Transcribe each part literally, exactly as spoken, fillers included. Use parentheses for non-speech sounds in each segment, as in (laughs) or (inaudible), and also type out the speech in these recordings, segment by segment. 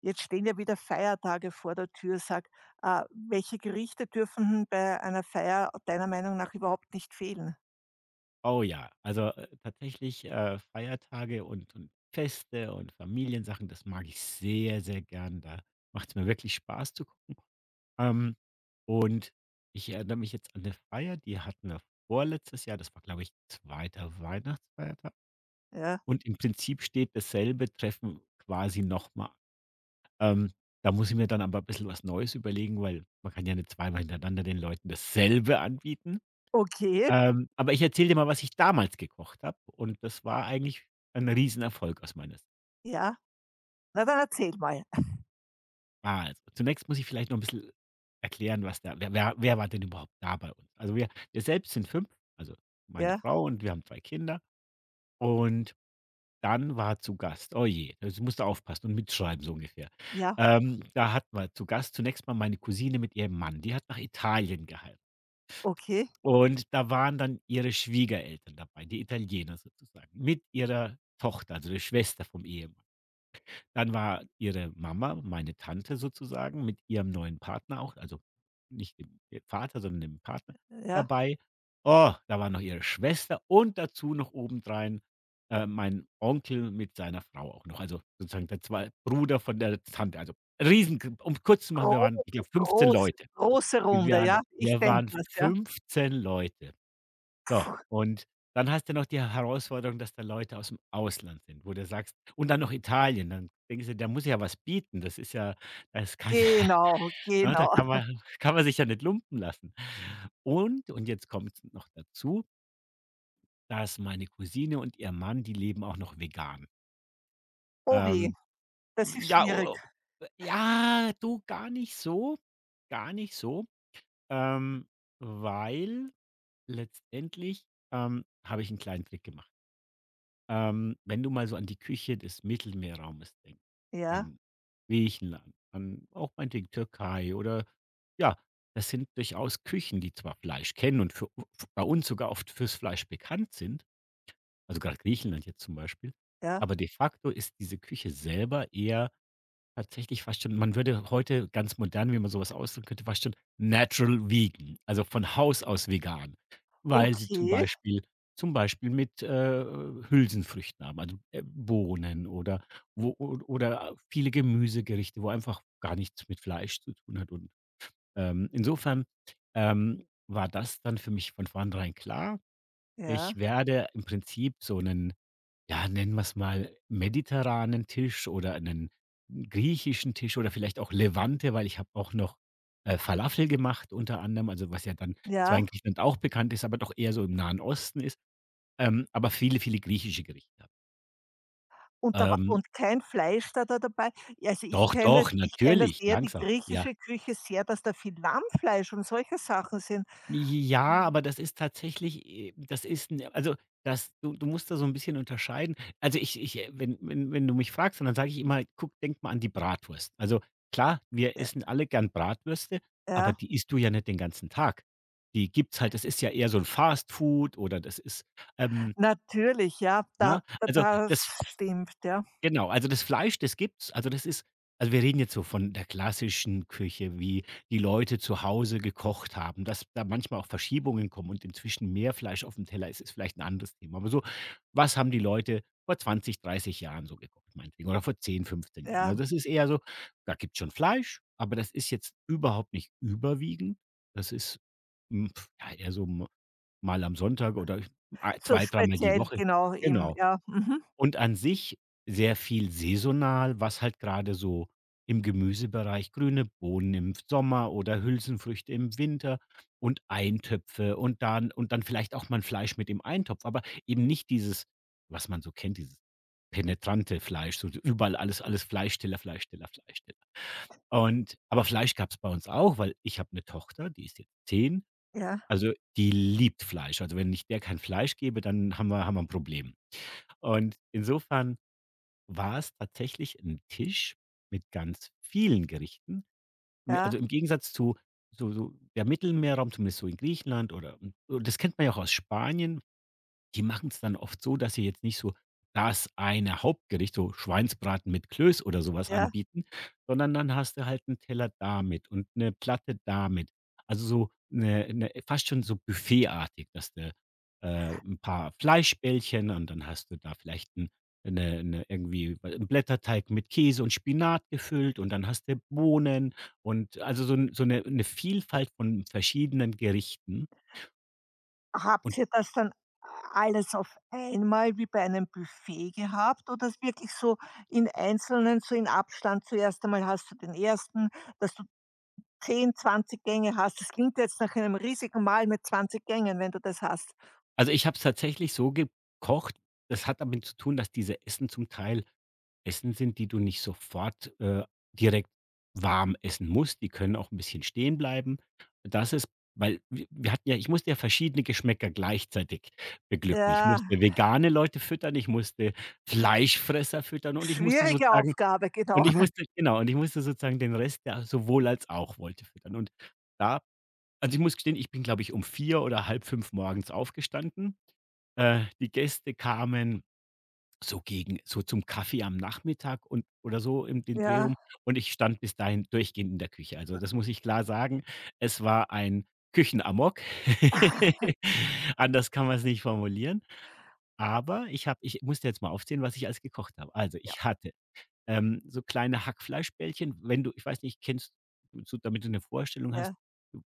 Jetzt stehen ja wieder Feiertage vor der Tür. Sag, äh, welche Gerichte dürfen denn bei einer Feier deiner Meinung nach überhaupt nicht fehlen? Oh ja, also, äh, tatsächlich, äh, Feiertage und und Feste und Familiensachen, das mag ich sehr, sehr gern. Da macht es mir wirklich Spaß zu gucken. Ähm, und ich erinnere mich jetzt an eine Feier, die hatten wir vorletztes Jahr. Das war, glaube ich, zweiter Weihnachtsfeiertag, Ja, und im Prinzip steht dasselbe Treffen quasi nochmal. Ähm, Da muss ich mir dann aber ein bissel was Neues überlegen, weil man kann ja nicht zweimal hintereinander den Leuten dasselbe anbieten. okay, Ähm, aber ich erzähle dir mal, was ich damals gekocht habe, und das war eigentlich ein Riesenerfolg aus meiner Sicht. ja. Na, dann erzähl mal. Also, zunächst muss ich vielleicht noch ein bisschen erklären, was da wer wer wer war denn überhaupt da bei uns? Also, wir wir selbst sind fünf, also meine Ja, Frau und wir haben zwei Kinder, und dann war zu Gast, oh je, jetzt musst du aufpassen und mitschreiben, so ungefähr. ja, Ähm, da hatten wir zu Gast zunächst mal meine Cousine mit ihrem Mann, die hat nach Italien geheiratet. okay, Und da waren dann ihre Schwiegereltern dabei, die Italiener sozusagen, mit ihrer Tochter, also der Schwester vom Ehemann. Dann war ihre Mama, meine Tante sozusagen, mit ihrem neuen Partner auch, also nicht dem Vater, sondern dem Partner ja. dabei. Oh, da war noch ihre Schwester und dazu noch obendrein, äh, mein Onkel mit seiner Frau auch noch, also sozusagen der zwei Bruder von der Tante. Also riesen, um kurz zu machen, wir waren, Große, ich glaube, fünfzehn große, Leute. große Wir Runde, waren ja? Ich wir denke waren mir's, ja. fünfzehn Leute. So, und dann hast du noch die Herausforderung, dass da Leute aus dem Ausland sind, wo du sagst, und dann noch Italien, dann denkst du, da muss ja was bieten. Das ist ja, das kann (laughs) ja, Genau, ne, da genau. kann man, kann man sich ja nicht lumpen lassen. Und und jetzt kommt noch dazu, dass meine Cousine und ihr Mann, die leben auch noch vegan. Oh weh, Ähm, das ist ja, schwierig. o o ja, du, gar nicht so, gar nicht so, ähm, weil letztendlich, ähm, habe ich einen kleinen Trick gemacht. Ähm, wenn du mal so an die Küche des Mittelmeerraumes denkst, Ja, an Griechenland, an auch meinetwegen Türkei oder ja, das sind durchaus Küchen, die zwar Fleisch kennen und für, f- bei uns sogar oft fürs Fleisch bekannt sind, also gerade Griechenland jetzt zum Beispiel, ja. aber de facto ist diese Küche selber eher tatsächlich fast schon, man würde heute ganz modern, wie man sowas ausdrücken könnte, fast schon natural vegan, also von Haus aus vegan, weil sie zum Okay, Beispiel, zum Beispiel mit, äh, Hülsenfrüchten haben, also, äh, Bohnen oder wo, o oder viele Gemüsegerichte, wo einfach gar nichts mit Fleisch zu tun hat, und, ähm, insofern, ähm, war das dann für mich von vornherein klar. ja, Ich werde im Prinzip so einen, ja, nennen wir es mal mediterranen Tisch oder einen griechischen Tisch oder vielleicht auch Levante, weil ich habe auch noch, äh, Falafel gemacht unter anderem, also was ja dann zwar in ja. Griechenland auch bekannt ist, aber doch eher so im Nahen Osten ist, ähm, aber viele, viele griechische Gerichte. Und da war Ähm, und kein Fleisch da da dabei? Ja, also ich Doch, kenne das, doch, ich kenne das natürlich, eher die langsam, ja. griechische Küche sehr, dass da viel Lammfleisch und solche Sachen sind. Ja, aber Mhm. das ist tatsächlich, äh das ist 'n, also, das du, du musst da so ein bisschen unterscheiden. Also, ich ich, äh, wenn, wenn wenn du mich fragst, dann sage ich immer: „Guck, denk mal an die Bratwurst.“ Also, klar, wir Ja, essen alle gern Bratwürste, ja, aber die isst du ja nicht den ganzen Tag. Die gibt's halt, das ist ja eher so ein Fast Food oder das ist, ähm, natürlich, ja, da ne? da Also, das das, stimmt, ja, genau, also das Fleisch, das gibt's. Also das ist, also wir reden jetzt so von der klassischen Küche, wie die Leute zu Hause gekocht haben, dass da manchmal auch Verschiebungen kommen und inzwischen mehr Fleisch auf dem Teller ist, ist vielleicht ein anderes Thema. Aber so, was haben die Leute vor zwanzig, dreißig Jahren so gekocht meinetwegen oder vor zehn, fünfzehn Jahren? ja. Also das ist eher so, da gibt's schon Fleisch, aber das ist jetzt überhaupt nicht überwiegend. Das ist, hm, ja, eher so, m mal am Sonntag oder ei So zwei dreimal die speziell, Woche. genau, eben, Genau. ja. Mhm. Und an sich sehr viel saisonal, was halt gerade so im Gemüsebereich, grüne Bohnen im Sommer oder Hülsenfrüchte im Winter und Eintöpfe, und dann und dann vielleicht auch mal 'n Fleisch mit im Eintopf, aber eben nicht dieses, was man so kennt, dieses penetrante Fleisch, so überall alles alles Fleischsteller, Fleischsteller, Fleischsteller. Und aber Fleisch gab's bei uns auch, weil ich habe 'ne Tochter, die ist jetzt zehn, Ja, also die liebt Fleisch. Also, wenn ich der kein Fleisch gebe, dann haben wir haben wir 'n Problem. Und insofern war es tatsächlich ein Tisch mit ganz vielen Gerichten. N ja, Also, im Gegensatz zu, so so der Mittelmeerraum, zumindest so in Griechenland oder, und das kennt man ja auch aus Spanien. Die machen es dann oft so, dass sie jetzt nicht so das eine Hauptgericht, so Schweinsbraten mit Klöß oder sowas ja. anbieten, sondern dann hast du halt 'n Teller damit und 'ne Platte damit. Also, so 'ne 'ne fast schon so buffetartig, dass du, äh, 'n paar Fleischbällchen, und dann hast du da vielleicht 'n, 'ne 'ne irgendwie 'n Blätterteig mit Käse und Spinat gefüllt, und dann hast du Bohnen und, also so 'n, so 'ne 'ne Vielfalt von verschiedenen Gerichten. Habt Und ihr das dann alles auf einmal wie bei einem Buffet gehabt oder ist wirklich so in Einzelnen, so in Abstand zuerst einmal hast du den ersten, dass du zehn zwanzig Gänge hast? Das klingt jetzt nach einem riesigen Mahl mit zwanzig Gängen, wenn du das hast. also, ich habe es tatsächlich so gekocht. Das hat damit zu tun, dass diese Essen zum Teil Essen sind, die du nicht sofort, äh, direkt warm essen musst. Die können auch ein bisschen stehen bleiben. Das ist, weil wir wir hatten ja, ich musste ja verschiedene Geschmäcker gleichzeitig beglücken. Ich Ja, musste vegane Leute füttern, ich musste Fleischfresser füttern, und ich musste schwierige sozusagen, Aufgabe, und genau. ich (laughs) musste genau, und ich musste sozusagen den Rest, der sowohl als auch wollte, füttern. Und da, also, ich muss gestehen, ich bin, glaube ich, um vier oder halb fünf morgens aufgestanden. Äh, die Gäste kamen so gegen, so zum Kaffee am Nachmittag und, oder so im den Dreh Ja, rum, und ich stand bis dahin durchgehend in der Küche. Also, das muss ich klar sagen. Es war ein Küchenamok, (laughs) anders kann man es nicht formulieren. Aber ich habe ich musste jetzt mal aufzählen, was ich alles gekocht habe. Also, ja, ich hatte, ähm, so kleine Hackfleischbällchen, wenn du, ich weiß nicht, kennst, so damit du eine Vorstellung hast, ja.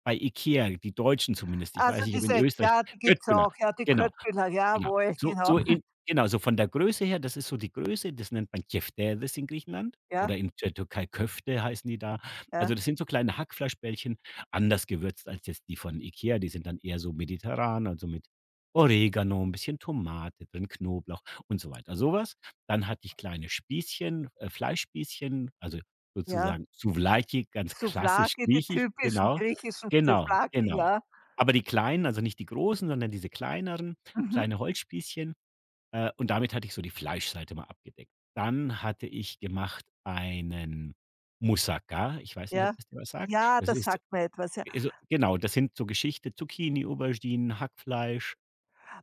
bei IKEA, die Deutschen zumindest, ich Also weiß nicht, ob in diese, Österreich. ja, die gibt's Köttbullar, auch, ja, die genau, Köttbullar, genau. jawohl, So genau. so in, genau, so von der Größe her, das ist so die Größe, das nennt man Keftedes in Griechenland Ja, oder in der Türkei Köfte heißen die da. ja, Also, das sind so kleine Hackfleischbällchen, anders gewürzt als jetzt die von IKEA, die sind dann eher so mediterran, also mit Oregano, ein bisschen Tomate drin, Knoblauch und so weiter. Sowas, dann hatte ich kleine Spießchen, äh, Fleischspießchen, also ja. sozusagen Souvlaki, ganz klassisch Souvlaki, die griechisch, typischen genau. griechischen Genau, Souvlaki, genau. ja. Aber die kleinen, also nicht die großen, sondern diese kleineren, Mhm. kleine Holzspießchen, äh, und damit hatte ich so die Fleischseite mal abgedeckt. Dann hatte ich gemacht einen Moussaka. Ich weiß nicht, ob Ja. das dir was sagt. Ja, Das das ist, sagt mir etwas, ja. also genau, das sind so Geschichte Zucchini, Auberginen, Hackfleisch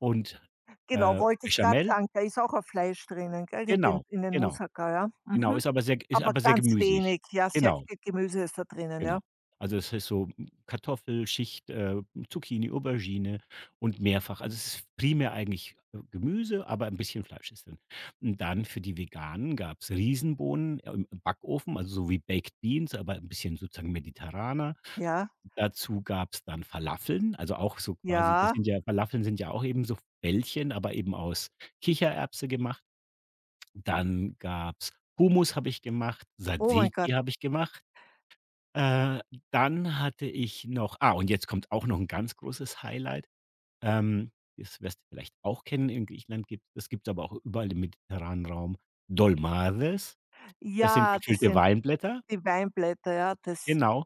und, Genau, äh, wollte ich gerade Béchamel. sagen, da ist auch ein Fleisch drinnen, gell, in den, Genau, in den genau. Moussaka, ja. Genau, Mhm. ist aber sehr ist Aber aber sehr ganz gemüsig. wenig, ja, sehr Genau, viel Gemüse ist da drinnen, genau. ja. Also, es ist so Kartoffelschicht, äh, Zucchini, Aubergine und mehrfach, also, es ist primär eigentlich, äh, Gemüse, aber ein bisschen Fleisch ist drin. Und dann für die Veganen gab's Riesenbohnen im im Backofen, also, so wie Baked Beans, aber ein bisschen sozusagen mediterraner. Ja, Dazu gab's dann Falafeln, also, auch so quasi, das ja. sind ja, Falafeln sind ja auch eben so Bällchen, aber eben aus Kichererbse gemacht. Dann gab's Hummus, habe ich gemacht, Oh mein Gott. Tzatziki habe ich gemacht. Äh, Dann hatte ich noch, ah, und jetzt kommt auch noch 'n ganz großes Highlight. Ähm, Das wirst du vielleicht auch kennen. In Griechenland gibt, das gibt's aber auch überall im mediterranen Raum, Dolmades. Das sind Ja, das gefüllte sind Weinblätter. die Weinblätter, ja, das, Genau.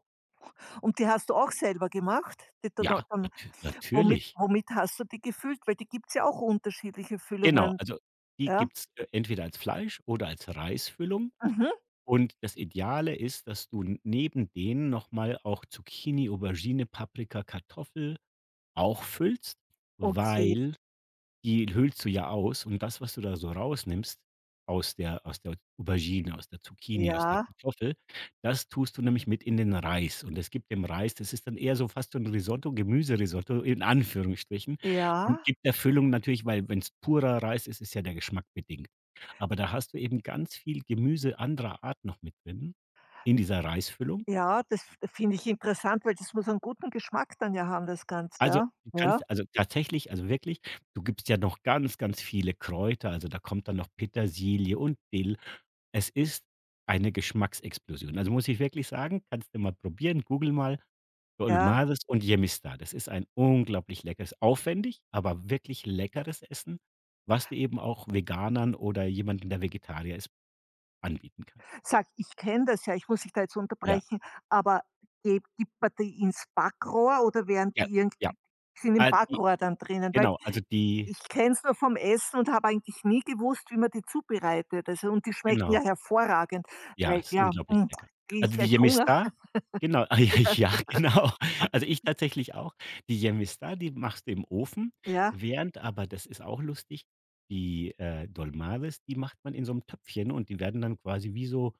und die hast du auch selber gemacht? Die Total Ja, dann, natü womit natürlich. womit hast du die gefüllt? Weil die gibt's ja auch unterschiedliche Genau, Füllungen, also die ja? gibt's, äh, entweder als Fleisch oder als Reisfüllung. Mhm. Und das Ideale ist, dass du n neben denen noch mal auch Zucchini, Aubergine, Paprika, Kartoffel auch füllst, Okay. weil die höhlst du ja aus, und das, was du da so rausnimmst aus der, aus der Aubergine, aus der Zucchini, aus der Ja, Kartoffel, das tust du nämlich mit in den Reis. Und es gibt dem Reis, das ist dann eher so fast so 'n Risotto, Gemüserisotto in Anführungsstrichen, und ja. gibt der Füllung natürlich, weil wenn es purer Reis ist, ist ja der Geschmack bedingt. Aber da hast du eben ganz viel Gemüse anderer Art noch mit drin in dieser Reisfüllung. Ja, das finde ich interessant, weil das muss einen guten Geschmack dann ja haben, das Ganze, Also, ja? du Ja, kannst, also, tatsächlich, also, wirklich, du gibst ja noch ganz, ganz viele Kräuter, also, da kommt dann noch Petersilie und Dill. Es ist eine Geschmacksexplosion. Also, muss ich wirklich sagen, kannst du mal probieren, google mal ja. Dolmades und Yemistar. Das ist ein unglaublich leckeres, aufwendig, aber wirklich leckeres Essen, was du eben auch Veganern oder jemandem, der Vegetarier ist, anbieten kannst. Sag, ich kenne das ja, ich muss dich da jetzt Ja, unterbrechen, aber ge gibt man die ins Backrohr oder werden ja, die ja. irgendwie sind im Ah, die, Backrohr dann drinnen? Weil genau, also, die, ich kenne es nur vom Essen und habe eigentlich nie gewusst, wie man die zubereitet. Also und die schmecken ja genau. hervorragend, Ja, weil ist ja, unglaublich hm, lecker. kriege ich Also, die gleich Hunger. Yemister genau, ah, ja, (laughs) ja, genau. Also, ich tatsächlich auch. Die Yemister, die machst du im Ofen, Ja, während aber das ist auch lustig, die, äh, Dolmades, die macht man in so 'nem Töpfchen und die werden dann quasi wie so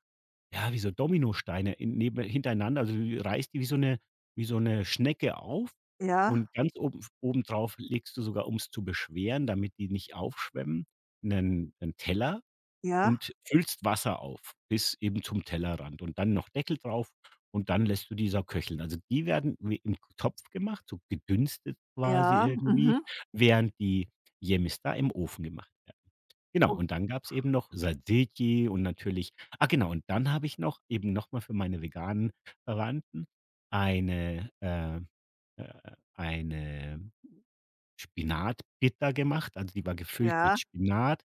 ja, wie so Dominosteine in neben hintereinander, also, du reißt die wie so 'ne wie so 'ne Schnecke auf ja, und ganz oben obendrauf legst du sogar, um's zu beschweren, damit die nicht aufschwemmen, 'nen 'nen Teller ja, und füllst Wasser auf bis eben zum Tellerrand und dann noch Deckel drauf und dann lässt du die Sau köcheln. Also, die werden wie im Topf gemacht, so gedünstet quasi ja, irgendwie, mhm. während die Jämistar im Ofen gemacht werden. Genau, Oh, und dann gab's eben noch Tzatziki und natürlich ah genau, und dann habe ich noch eben noch mal für meine veganen Verwandten eine, äh, äh eine Spinatbita gemacht. Also, die war gefüllt mit ja, Spinat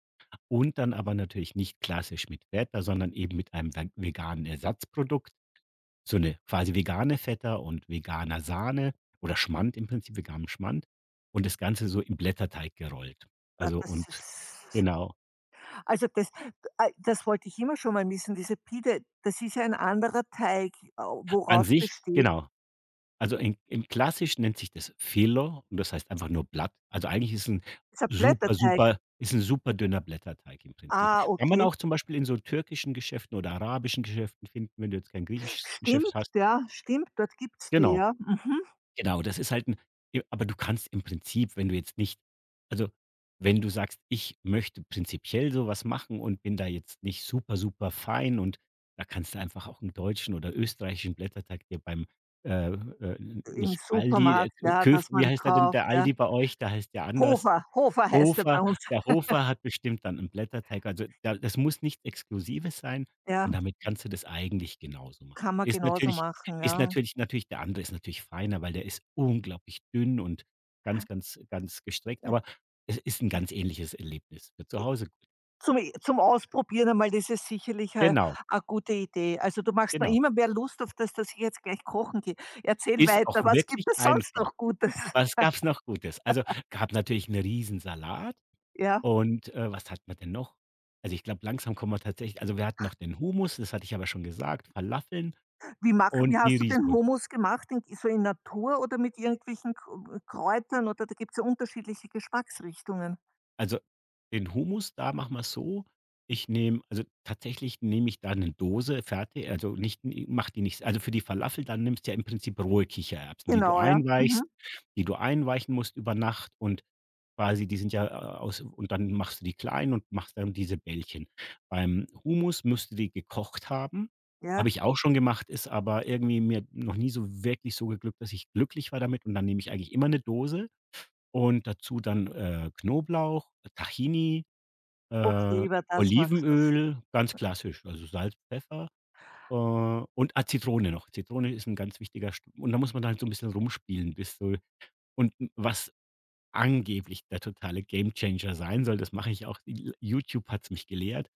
und dann aber natürlich nicht klassisch mit Feta, sondern eben mit einem veg veganen Ersatzprodukt, so eine quasi vegane Feta und veganer Sahne oder Schmand im Prinzip, veganem Schmand, und das Ganze so im Blätterteig gerollt. ah, Also das und ist. genau. Also das, äh, das wollte ich immer schon mal wissen, diese Pide, das ist ja ein anderer Teig, äh, An woraus sich besteht genau. Also in im Klassisch nennt sich das Filo und das heißt einfach nur Blatt. Also eigentlich ist ein ist ein super, Blätterteig. super ist ein super dünner Blätterteig im Prinzip. Ah, Kann man okay. auch zum Beispiel in so türkischen Geschäften oder arabischen Geschäften finden, wenn du jetzt kein griechisches Geschäft Stimmt, hast. ja, stimmt, dort gibt es die, Genau. ja. Mhm. Genau, das ist halt ein. Aber du kannst im Prinzip, wenn du jetzt nicht, also, wenn du sagst: „Ich möchte prinzipiell so was machen und bin da jetzt nicht super, super fein“, und da kannst du einfach auch einen deutschen oder österreichischen Blätterteig dir beim, äh, äh, Im nicht Aldi, äh, Supermarkt, ja, Köf dass man wie die heißt der denn, kauft, der ja. Aldi bei euch? Da heißt ja anders. Hofer, Hofer heißt er bei Hofer, uns. der Hofer hat bestimmt dann 'n Blätterteig, also da, das muss nichts Exklusives sein, Ja, und damit kannst du das eigentlich genauso machen. kann man Ist genauso natürlich machen, ist ja. natürlich natürlich der andere ist natürlich feiner, weil der ist unglaublich dünn und ganz, ganz, ganz gestreckt, aber es ist 'n ganz ähnliches Erlebnis für zu Hause. Zum zum Ausprobieren einmal, das ist sicherlich, äh, Genau, eine gute Idee. Also, du machst mir genau. immer mehr Lust auf das, dass ich jetzt gleich kochen gehe. Erzähl Ist auch weiter, was gibt wirklich es sonst einfach. noch Gutes? Was (laughs) gab's noch Gutes? Also, gab natürlich 'n Riesensalat. Ja. Und, äh, was hatten wir denn noch? Also, ich glaube, langsam kommen wir tatsächlich, also, wir hatten noch den Humus. Das hatte ich aber schon gesagt, Falafeln Wie mach und Wie die hast du den Riesenbullen. Hummus gemacht? In so in Natur oder mit irgendwelchen K Kräutern, oder da gibt es ja unterschiedliche Geschmacksrichtungen. Also, den Hummus, da machen wir's so, ich nehme, also, tatsächlich nehme ich da eine Dose fertig, also, nicht n die nicht, also, für die Falafel, dann nimmst du ja im Prinzip rohe Kichererbsen, die du Genau, ja. Mhm. einweichst, die du einweichen musst über Nacht, und quasi die sind ja, äh, aus, und dann machst du die klein und machst dann diese Bällchen. Beim Hummus musst du die gekocht haben. Habe Ja. ich auch schon gemacht, ist aber irgendwie mir noch nie so wirklich so geglückt, dass ich glücklich war damit, und dann nehme ich eigentlich immer eine Dose und dazu dann, äh, Knoblauch, Tahini, Okay, äh, über das machst. Olivenöl, ganz klassisch, also Salz, Pfeffer, äh, und, ah, Zitrone noch. Zitrone ist ein ganz wichtiger St, und da muss man dann so 'n bisschen rumspielen, bis so und was angeblich der totale Gamechanger sein soll, das mache ich auch l you tube hat's mich gelehrt.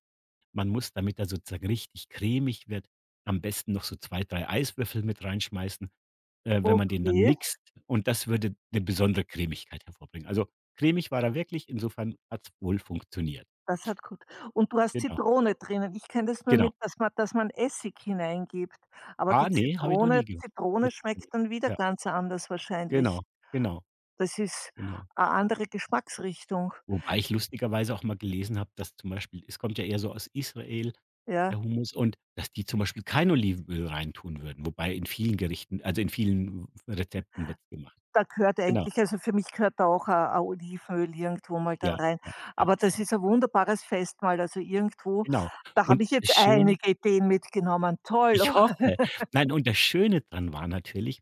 Man muss, damit er sozusagen richtig cremig wird, am besten noch so zwei drei Eiswürfel mit reinschmeißen. Äh, wenn man den dann Okay, mixt, und das würde eine besondere Cremigkeit hervorbringen. Also, cremig war er wirklich, insofern hat es wohl funktioniert. das hat gut, und du hast Genau, Zitrone drinnen. Ich kenne das nur genau. mit, dass man, dass man Essig hineingibt, aber die Ah, nee, habe ich noch Zitrone, nie gemacht. Zitrone Mit Zitrone. schmeckt dann wieder Ja, ganz anders wahrscheinlich. genau, genau, Das ist genau. eine andere Geschmacksrichtung, Wobei ich lustigerweise auch mal gelesen habe, dass zum Beispiel es kommt ja eher so aus Israel, ja. der Hummus, und dass die zum Beispiel kein Olivenöl reintun würden, wobei in vielen Gerichten, also, in vielen Rezepten wird es gemacht. Da gehört Genau, eigentlich, also für mich gehört da auch ein ein Olivenöl irgendwo mal dann ja, rein. ja, ja, Aber das ist ein wunderbares Festmahl, also irgendwo genau. da habe Und ich das jetzt Schöne einige Ideen mitgenommen. Toll, Ich oh, hoffe. Nein, und das Schöne dran war natürlich,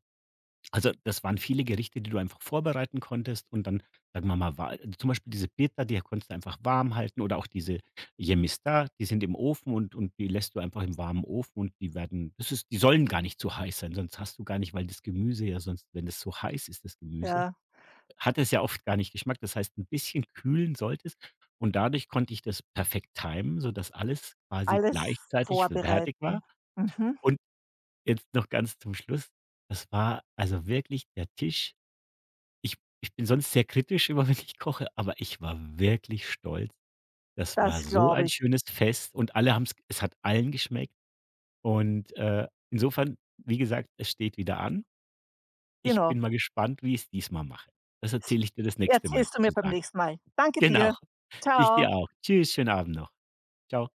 also, das waren viele Gerichte, die du einfach vorbereiten konntest, und dann, sagen wir mal, war zum Beispiel diese Pita, die konntest du einfach warm halten, oder auch diese Yemiztar, die sind im Ofen und und die lässt du einfach im warmen Ofen, und die werden das ist die sollen gar nicht zu heiß sein, sonst hast du gar nicht, weil das Gemüse ja sonst, wenn es so heiß ist, das Gemüse, ja, hat es ja oft gar nicht Geschmack. Das heißt, ein bisschen kühlen solltest, und dadurch konnte ich das perfekt timen, sodass alles quasi alles gleichzeitig fertig war. vorbereiten. Mhm, Und jetzt noch ganz zum Schluss. Das war also wirklich der Tisch. Ich ich bin sonst sehr kritisch immer, (laughs) wenn ich koche, aber ich war wirklich stolz. Das war das so glaube ein ich. schönes Fest und alle haben's es hat allen geschmeckt, und, äh, insofern, wie gesagt, es steht wieder an. Ich Genau. bin mal gespannt, wie ich es diesmal mache. Das S erzähle ich dir das nächste Mal Erzählst du mir beim sozusagen. nächsten (laughs) Mal. Danke Genau, dir. ich Ciao. dir auch. Tschüss, schönen Abend noch. Ciao.